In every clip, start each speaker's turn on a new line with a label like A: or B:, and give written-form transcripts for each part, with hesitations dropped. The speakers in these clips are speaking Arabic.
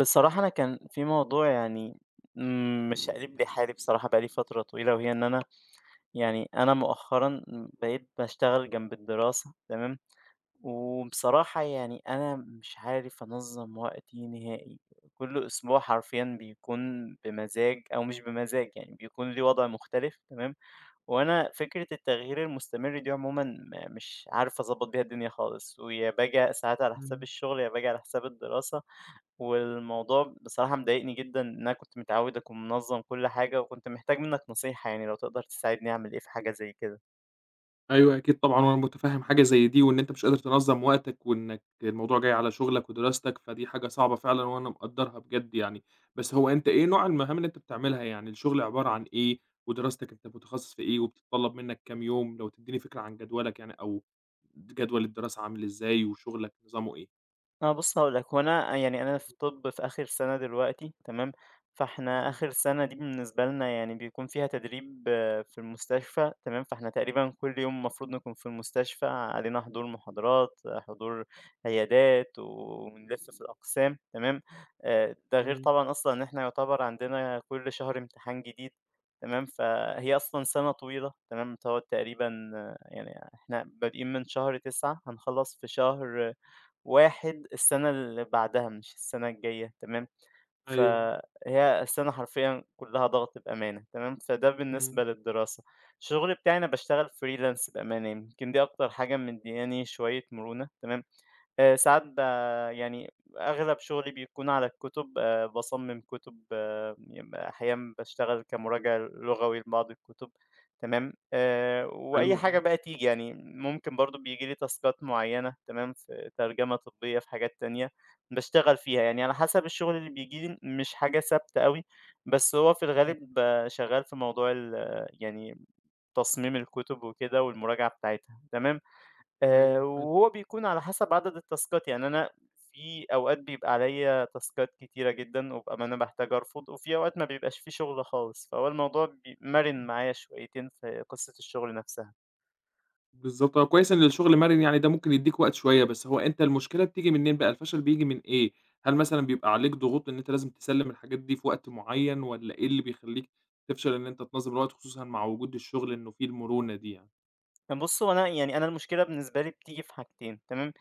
A: بصراحة أنا كان في موضوع يعني مش قريب لي حالي بصراحة، بقالي فترة طويلة، وهي إن أنا يعني أنا مؤخرا بقيت بشتغل جنب الدراسة، تمام. وبصراحة يعني أنا مش عارف أنظم وقتي نهائي، كل أسبوع حرفيا بيكون بمزاج أو مش بمزاج، يعني بيكون لي وضع مختلف، تمام. وأنا فكرة التغيير المستمر دي عمومًا مش عارف أضبّط بيها الدنيا خالص، ويا باجي ساعات على حساب
B: إمم.
A: الشغل، يا باجي على حساب الدراسة، والموضوع بصراحة مضايقني جدًا، إن أنا كنت متعوّد أكون منظّم كل حاجة، وكنت محتاج منّك نصيحة يعني لو تقدر تساعدني أعمل إيه في حاجة زي كده.
B: أيوه أكيد طبعًا، وأنا متفهم حاجة زي دي، وإن أنت مش قادر تنظّم وقتك، وإنك الموضوع جاي على شغلك ودراستك، فدي حاجة صعبة فعلًا، وأنا مقدّرها بجد يعني. بس هو أنت إيه نوع المهام اللي أنت بتعملها؟ يعني الشغل عبارة عن إيه، ودراستك أنت متخصص في إيه، وبتتطلب منك كام يوم؟ لو تدّيني فكرة عن جدولك يعني، أو جدول الدراسة عامل إزاي، وشغلك نظامه إيه؟
A: بُص هاقول لك، هو أنا يعني أنا في طِب في آخِر سَنة دلوقتي، تمام. فإحنا
B: إمم.
A: آخِر سَنة دي بالنسبة لنا يعني بيكون فيها تدريب في المستشفى، تمام. فإحنا تقريبًا كل يوم المفروض نكون في المستشفى، علينا حضور محاضرات، حضور عيادات، ونلِف في الأقسام، تمام. ده غير
B: إمم.
A: طبعًا أصلًا إن إحنا يُعتبر عندنا كل شهر امتحان جديد، تمام. فهي أصلًا سَنة طويلة، تمام. بتقعد تقريبًا يعني إحنا بادئين من شهر 9 هنخلّص في شهر واحد السنة اللي بعدها مش السنة الجاية، تمام.
B: أيوه.
A: فهي السنة حرفيًا كلها ضغط بأمانة، تمام. فده
B: إمم.
A: بالنسبة للدراسة. الشغل بتاعي أنا باشتغل freelance بأمانة، يمكن دي أكتر حاجة مدياني شوية مرونة، تمام. ساعات ب يعني أغلب شغلي بيكون على الكُتب، باصمم كُتب، أحيانًا باشتغل كمراجع لغوي لبعض الكُتب، تمام.
B: حلو
A: وأي
B: آه.
A: حاجة بقى تيجي، يعني ممكن برضه بييجي لي تاسكات معيّنة، تمام، في ترجمة طبية، في حاجات تانية باشتغل فيها، يعني على حسب الشغل اللي بييجي لي، مش حاجة ثابتة أوي. بس هو في
B: إمم.
A: الغالب شغال في موضوع ال يعني تصميم الكُتب وكده والمراجعة بتاعتها، تمام.
B: أيوه حلو.
A: وهو بيكون على حسب عدد التاسكات، يعني أنا في أوقات بيبقى عليَّ تاسكات كتيرة جدًا وبابقى ما أنا باحتاج أرفض، وفي أوقات ما بيبقاش في شغل خالص، فهو الموضوع بي مَرِن
B: إمم.
A: معايا شويتين في قصة الشغل نفسها.
B: بالضبط، هو كويس إن الشغل مَرِن يعني ده ممكن يدّيك وقت شوية، بس هو أنت المشكلة بتيجي منين بقى، الفشل بييجي من إيه؟ هل مثلًا بيبقى عليك ضغوط إن أنت لازم تسلِّم الحاجات دي في وقت معيّن والّا إيه اللي بيخلّيك تفشل إن أنت تنظّم الوقت خصوصًا مع وجود الشغل إنه فيه المرونة دي يعني؟
A: بُص، هو أنا يعني أنا المشكلة بالنسبة لي بتيجي في حاجتين، تمام.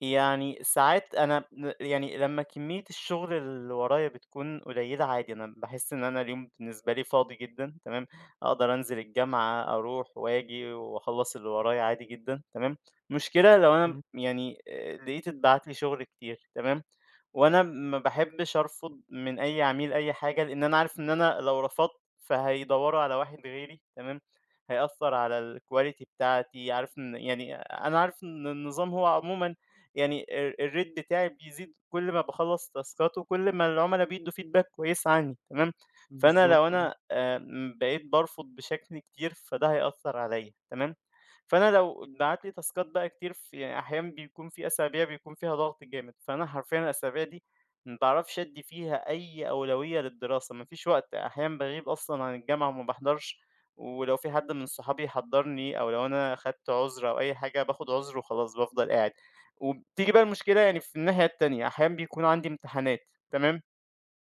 A: يعني ساعات أنا ن يعني لمّا كمية الشغل اللي ورايا بتكون قليلة عادي، أنا باحس إن أنا اليوم بالنسبة لي فاضي جدًا، تمام. أقدر أنزل الجامعة، أروح وآجي وأخلّص اللي ورايا عادي جدًا، تمام. المشكلة لو أنا
B: إمم.
A: يعني لقيت اتبعت لي شغل كتير، تمام. وأنا ما باحبش أرفض من أي عميل أي حاجة، لإن أنا عارف إن أنا لو رفضت فهيدوّروا على واحد غيري، تمام. هيأثّر على الquality بتاعتي، عارف إن يعني أنا عارف إن النظام هو عمومًا يعني الrate بتاعي بيزيد كل ما باخلّص تاسكات وكل ما العُملا بيدّوا feedback كويس عني، تمام. فأنا لو
B: بالضبط آه.
A: أنا بقيت بارفض بشكل كتير فده هيأثّر عليّا، تمام. فأنا لو اتبعت لي تاسكات بقى كتير في يعني أحيانًا بيكون في أسابيع بيكون فيها ضغط جامد، فأنا حرفيًا الأسابيع دي ما باعرفش أدّي فيها أي أولوية للدراسة، ما فيش وقت، أحيانًا باغيب أصلًا عن الجامعة وما باحضرش ولو في حد من صحابي حَضّرني أو لو أنا خدت عُذر أو أي حاجة باخد عُذر وخلاص بافضل قاعد. وبتيجي بقى المشكلة يعني في الناحية التانية، أحيانًا بيكون عندي امتحانات، تمام.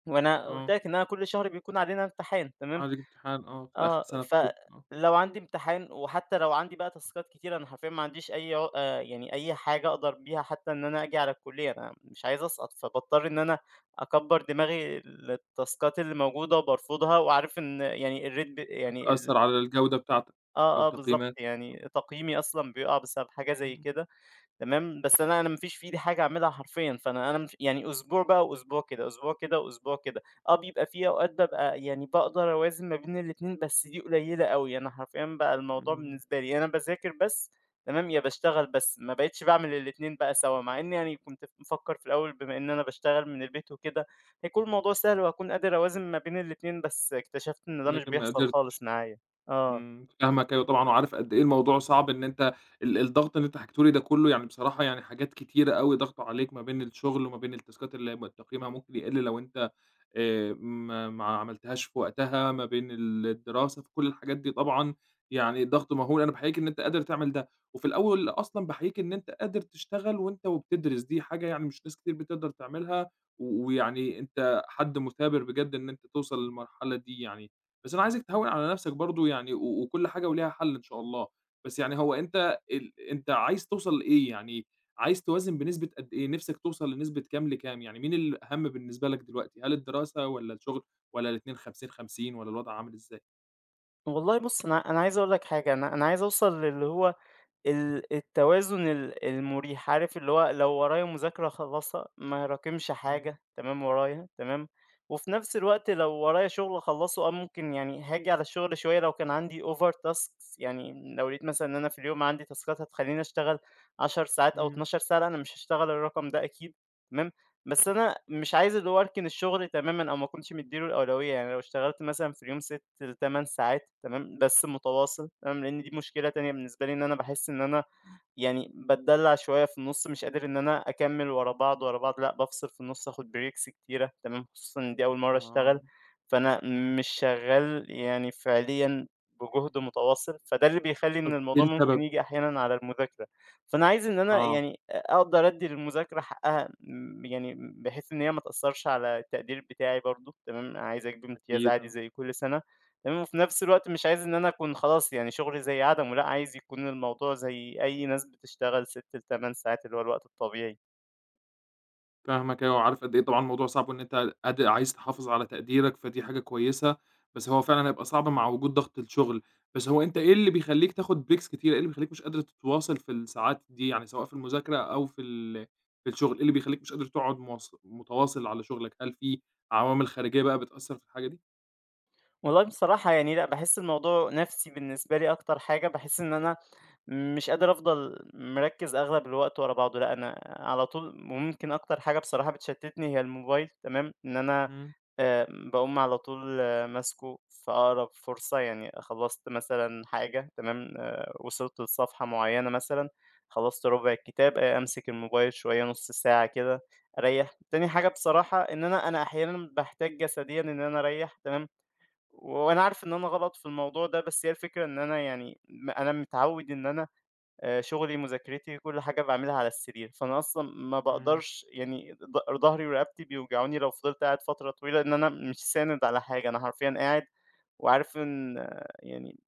A: وأنا قُلت
B: آه،
A: لك إن أنا كل شهر بيكون علينا امتحان، تمام.
B: عليك امتحان آه، في آخر
A: آه،
B: سَنة في طِب آه،
A: فلو عندي امتحان وحتى لو عندي بقى تاسكات كتيرة أنا حرفيًا ما عنديش أي عُ يعني أي حاجة أقدر بيها حتى إن أنا آجي على الكُلّية، أنا مش عايز أسقط، فباضطر إن أنا أكبّر دماغي للتاسكات اللي موجودة وبارفضها وعارف إن يعني الريت ب يعني ال
B: هتأثّر على الجودة بتاعتك أو
A: آه، آه، بالضبط،
B: تقييماتك. آه.
A: يعني تقييمي أصلًا بيُقع بسبب حاجة زي
B: إمم.
A: كده، تمام. بس أنا ما فيش في إيدي حاجة أعملها حرفيًا، فأنا ما في يعني أسبوع بقى وأسبوع كده، أسبوع كده وأسبوع كده، آه، بيبقى في أوقات بابقى يعني باقدر أوازن ما بين الاتنين، بس دي قليلة أوي، أنا حرفيًا بقى الموضوع
B: إمم.
A: بالنسبة لي يا أنا باذاكر بس، تمام، يا باشتغل بس، ما بقيتش باعمل الاتنين بقى سوا، مع إني يعني كنت مفكر في الأول بما إن أنا باشتغل من البيت وكده، هيكون الموضوع سهل وهاكون قادر أوازن ما بين الاتنين، بس اكتشفت إن ده مش
B: لكن ما
A: بيحصل
B: قدرتش.
A: خالص معايا. آه.
B: إمم، فاهمك أيوه طبعًا، وعارف قد إيه الموضوع صعب إن أنت الضغط اللي أنت حكيته لي ده كلّه يعني بصراحة يعني حاجات كتيرة أوي ضاغطة عليك ما بين الشغل وما بين التاسكات اللي م تقييمها ممكن يقل لو أنت ما عملتهاش في وقتها، ما بين الدراسة، فكل الحاجات دي طبعًا يعني ضغط مهول، أنا باحييك إن أنت قادر تعمل ده، وفي الأول أصلًا باحييك إن أنت قادر تشتغل وأنت وبتدرس، دي حاجة يعني مش ناس كتير بتقدر تعملها، و ويعني أنت حد مثابر بجد إن أنت توصل للمرحلة دي يعني، بس أنا عايزك تهوِّن على نفسك برضه يعني، و وكل حاجة وليها حل إن شاء الله، بس يعني هو أنت أنت عايز توصل لإيه يعني؟ عايز توازن بنسبة قد إيه، نِفْسك توصل لنسبة كام لكام، يعني مين الأهم بالنسبة لك دلوقتي، هل الدراسة والّا الشغل والّا الاتنين 50، 50 والّا الوضع عامل إزاي؟
A: والله بُص، أنا عايز أقول لك حاجة، أنا عايز أوصل للي هو التوازن المريح، عارف اللي هو لو ورايا مذاكرة أخلّصها، ما أراكمش
B: إمم.
A: حاجة تمام ورايا، تمام. وفي نفس الوقت لو ورايا شغل أخلّصه، آه، ممكن يعني هاجي على الشغل شوية لو كان عندي over tasks، يعني لو لقيت مثلًا إن أنا في اليوم عندي تاسكات هتخلّيني أشتغل 10 ساعات أو
B: إمم.
A: 12 ساعة، لأ أنا مش هاشتغل الرقم ده أكيد، تمام. بس أنا مش عايز اللي هو أركن الشغل تمامًا أو ما أكونش مدّي له الأولوية، يعني لو اشتغلت مثلًا في اليوم 6 ل8 ساعات، تمام، بس متواصل، تمام، لإن دي مشكلة تانية بالنسبة لي إن أنا باحس إن أنا يعني باتدلّع شوية في النُص، مش قادر إن أنا أكمّل ورا بعض، ورا بعض، لأ بافصل في النُص، آخُد breaks كتيرة، تمام، خصوصًا إن دي أول مرّة أشتغل،
B: آه.
A: فأنا
B: إمم.
A: مش شغّال يعني فعليًا بجُهد متواصل، فده اللي بيخلّي إن
B: طَب إيه
A: الموضوع ممكن
B: السبب؟
A: ييجي أحيانًا على المذاكرة. فأنا عايز إن أنا
B: آه،
A: يعني أقدر أدّي للمذاكرة حقّها يعني بحيث إن هي ما تأثّرش على التقدير بتاعي برضه، تمام، عايز أجيب امتياز
B: أكيد،
A: عادي
B: آه.
A: زي كل سَنة. تمام، وفي نفس الوقت مش عايز إن أنا أكون خلاص يعني شغلي زي عدمه، لأ عايز يكون الموضوع زي أي ناس بتشتغل 6 ل8 ساعات اللي هو الوقت الطبيعي.
B: فاهمك أيوه، وعارف قد إيه طبعًا الموضوع صعب وإن أنت قد عايز تحافظ على تقديرك، فدي حاجة كويسة، بس هو فعلًا هيبقى صعب مع وجود ضغط الشغل، بس هو أنت إيه اللي بيخلّيك تاخد breaks كتيرة، إيه اللي بيخلّيك مش قادر تتواصل في الساعات دي، يعني سواء في المذاكرة أو في في الشغل، إيه اللي بيخلّيك مش قادر تقعد متواصل على شغلك، هل في عوامل خارجية بقى بتأثّر في الحاجة دي؟
A: والله بصراحة يعني لأ، باحس الموضوع نَفْسي بالنسبة لي أكتر حاجة، باحس إن أنا مش قادر أفضل مركّز أغلب الوقت ورا بعضه، لأ أنا على طول، وممكن أكتر حاجة بصراحة بتشتتني هي الموبايل، تمام، إن أنا
B: إمم.
A: باقوم على طول، آه، ماسكه في أقرب فرصة، يعني خلّصت مثلًا حاجة، تمام، وصلت لصفحة معيّنة مثلًا، خلّصت ربع الكتاب، أمسك الموبايل شوية نُص ساعة كده أريّح. تاني حاجة بصراحة إن أنا أحيانًا باحتاج جسديًا إن أنا أريّح، تمام، وأنا عارف إن أنا غلط في الموضوع ده، بس هي الفكرة إن أنا يعني أنا متعوّد إن أنا شغلي، مذاكرتي، كل حاجة باعملها على السرير، فأنا أصلًا ما
B: إمم.
A: باقدرش يعني ضهري ورقبتي بيوجعوني لو فضلت قاعد فترة طويلة، لإن أنا مش ساند على حاجة، أنا حرفيًا قاعد وعارف إن آه، يعني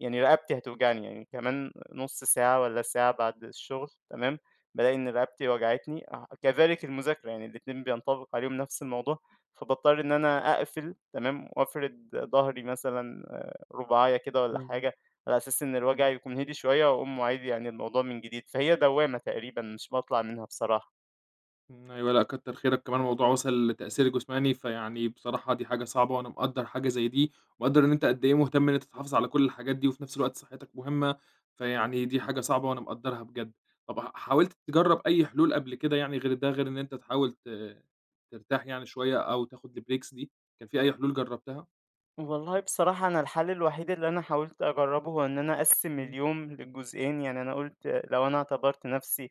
A: يعني رقبتي هتوجعني يعني كمان نُص ساعة والّا ساعة بعد الشغل، تمام، بالاقي إن رقبتي وجعتني، آه كذلك المذاكرة يعني الاتنين بينطبق عليهم نفس الموضوع، فباضطر إن أنا أقفل، تمام، وأفرد ضهري مثلًا آه، رباعية كده والّا
B: فاهمك.
A: حاجة، على أساس إن الوجع
B: إمم.
A: يكون هدي شوية وأقوم واعيد يعني الموضوع من جديد، فهي دوّامة تقريبًا مش باطلع منها بصراحة.
B: إمم، أيوه، لأ كتّر خيرك، كمان الموضوع وصل لتأثير جسماني، فيعني بصراحة دي حاجة صعبة وأنا مقدّر حاجة زي دي، ومقدّر إن أنت قد إيه مهتم إن أنت تحافظ على كل الحاجات دي، وفي نفس الوقت صحتك مهمة، فيعني دي حاجة صعبة وأنا مقدّرها بجد. طب حاولت تجرّب أي حلول قبل كده يعني غير ده، غير إن أنت تحاول ترتاح يعني شوية أو تاخد الbreaks دي، كان في أي حلول جرّبتها؟
A: والله بصراحة أنا الحل الوحيد اللي أنا حاولت أجرّبه هو إن أنا أقسّم
B: إمم.
A: اليوم لجزئين، يعني أنا قُلت لو أنا اعتبرت نَفْسي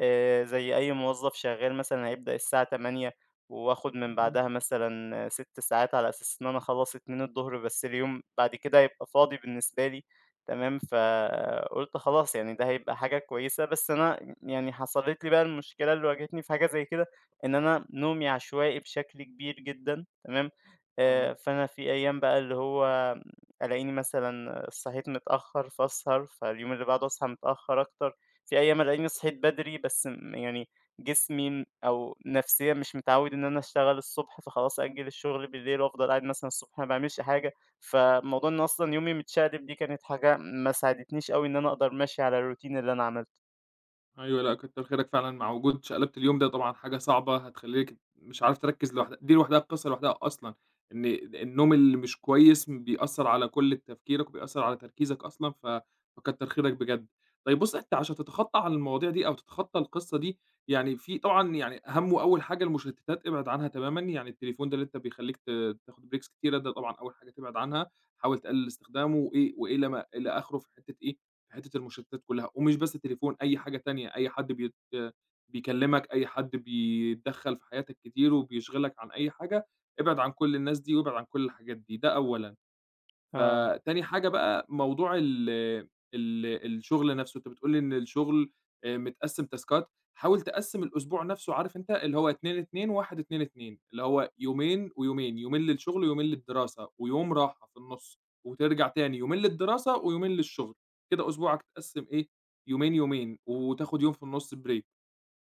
A: زي أي موظف شغّال مثلًا هيبدأ الساعة 08:00 وآخُد من
B: إمم.
A: بعدها مثلًا 6 ساعات على أساس إن أنا أخلّص 14:00، بس اليوم بعد كده هيبقى فاضي بالنسبة لي، تمام. فقُلت خلاص يعني ده هيبقى حاجة كويسة، بس أنا يعني حصلت لي بقى المشكلة اللي واجهتني في حاجة زي كده، إن أنا نومي عشوائي بشكل كبير جدًا، تمام.
B: آه.
A: فأنا في أيام بقى اللي هو ألاقيني مثلًا صحيت متأخر فأسهر، فاليوم اللي بعده أصحى متأخر أكتر، في أيام ألاقيني صحيت بدري بس يعني جسمي أو نفسيًا مش متعوّد إن أنا أشتغل الصبح، فخلاص أأجل الشغل بالليل وأفضل قاعد مثلًا الصبح ما باعملش حاجة، فموضوع إن أصلًا يومي متشقلب دي كانت حاجة ما ساعدتنيش أوي إن أنا أقدر ماشي على الروتين اللي أنا عملته.
B: أيوه، لأ كتّر خيرك فعلًا مع وجود شقلبة اليوم ده طبعًا حاجة صعبة هتخلّيك مش عارف تركّز لوحدها، دي لوحدها قصّة لوحدها أصلًا، إن النوم اللي مش كويس بيأثّر على كلّ تفكيرك وبيأثّر على تركيزك أصلًا، فكتّر خيرك بجد. طيب بُص أنت عشان تتخطّى عن المواضيع دي أو تتخطّى القصّة دي، يعني في طبعًا يعني أهَم وأول حاجة المشتتات ابعد عنها تمامًا، يعني التليفون ده اللي أنت بيخلّيك تاخد breaks كتيرة ده طبعًا أول حاجة تبعد عنها، حاول تقلل استخدامه وإيه وإلى ما إلى آخره في حتّة إيه حتّة المشتتات كلّها، ومش بس التليفون، أي حاجة تانية، أي حد بيكلّمك، أي حد بيتدخّل في حياتك كتير وبيشغلك عن أي حاجة، ابعد عن كل الناس دي وابعد عن كل الحاجات دي، ده أولًا.
A: آه،
B: فتاني حاجة بقى موضوع ال ال الشغل نفسه، أنت بتقول لي إن الشغل متقسّم تاسكات، حاول تقسّم الأسبوع نفسه عارف أنت اللي هو 2، 2، 1، 2، 2 اللي هو يومين ويومين، يومين للشغل ويومين للدراسة ويوم راحة في النُص، وترجع تاني يومين للدراسة ويومين للشغل، كده أسبوعك اتقسّم إيه، يومين، يومين وتاخد يوم في النُص break.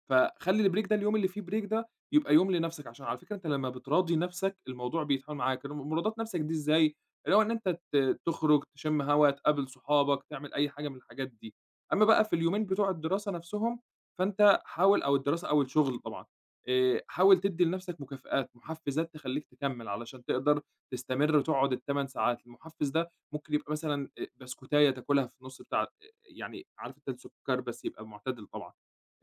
B: فخلّي الbreak ده اليوم اللي فيه break ده يبقى يوم لنفْسك، عشان على فكرة أنت لمّا بتراضي نفْسك الموضوع بيتحول معاك، ال مراضاة نفْسك دي إزاي؟ اللي هو إن أنت تخرج، تشم هوا، تقابل صحابك، تعمل أي حاجة من الحاجات دي. أمّا بقى في اليومين بتوع الدراسة نفْسهم، فأنت حاول أو الدراسة أو الشغل طبعًا، حاول تدّي لنفْسك مكافآت، محفّزات تخلّيك تكمّل علشان تقدر تستمر وتقعد ال8 ساعات، المحفّز ده ممكن يبقى مثلًا بسكوتاية تاكلها في النُص بتاع يعني عارف أنت السُكّر بس يبقى معتدل طبعًا.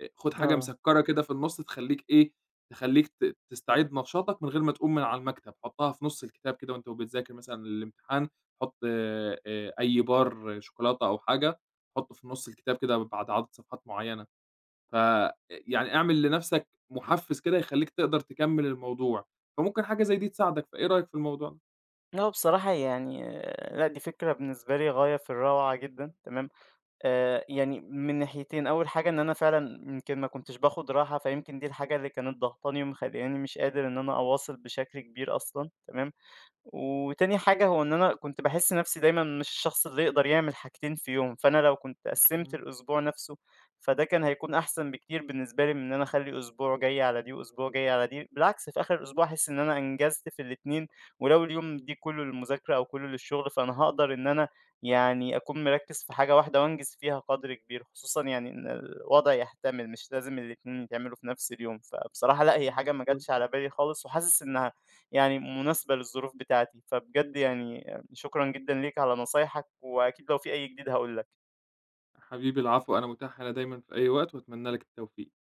B: خُد حاجة
A: آه،
B: مسكّرة كده في النُص تخلّيك إيه، تخلّيك تستعيد نشاطك من غير ما تقوم من على المكتب، حُطّها في نُص الكتاب كده وأنت وبتذاكر مثلًا للامتحان، حُط أي بار شوكولاتة أو حاجة، حُطّه في نُص الكتاب كده بعد عدد صفحات معيّنة، ف يعني اعمل لنَفْسك مُحفّز كده يخلّيك تقدر تكمّل الموضوع، فممكن حاجة زي دي تساعدك، فإيه رأيك في الموضوع ده؟
A: آه، بصراحة يعني آه، لأ، دي فكرة بالنسبة لي غاية في الروعة جدًا، تمام. يعني من ناحيتين، أول حاجة إن أنا فعلًا يمكن ما كنتش باخد راحة، فيمكن دي الحاجة اللي كانت ضاغطاني ومخلّياني مش قادر إن أنا أواصل بشكل كبير أصلًا، تمام؟ وتاني حاجة هو إن أنا كنت باحس نَفْسي دايمًا مش الشخص اللي يقدر يعمل حاجتين في يوم، فأنا لو كنت قسّمت
B: إمم.
A: الأسبوع نَفْسه، فده كان هيكون أحسن بكتير بالنسبة لي من إن أنا أخلّي أسبوع جاي على دي وأسبوع جاي على دي، بالعكس في آخر الأسبوع أحس إن أنا أنجزت في الاتنين، ولو اليوم دي كُلّه للمذاكرة أو كُلّه للشغل، فأنا هاقدر إن أنا يعني أكون مركّز في حاجة واحدة وأنجز فيها قدر كبير، خصوصًا يعني إن الوضع يحتمل مش لازم الاتنين يتعملوا في نَفْس اليوم، فبصراحة لأ هي حاجة ما جاتش
B: بالضبط.
A: على بالي خالص وحاسس إنها يعني مناسبة للظروف بتاعتي، فبجد يعني شكرًا جدًا ليك على نصايحك، وأكيد لو في أي جديد هاقول لك.
B: حبيبي العفو، أنا مُتاح هنا دايمًا في أي وقت وأتمنى لك التوفيق.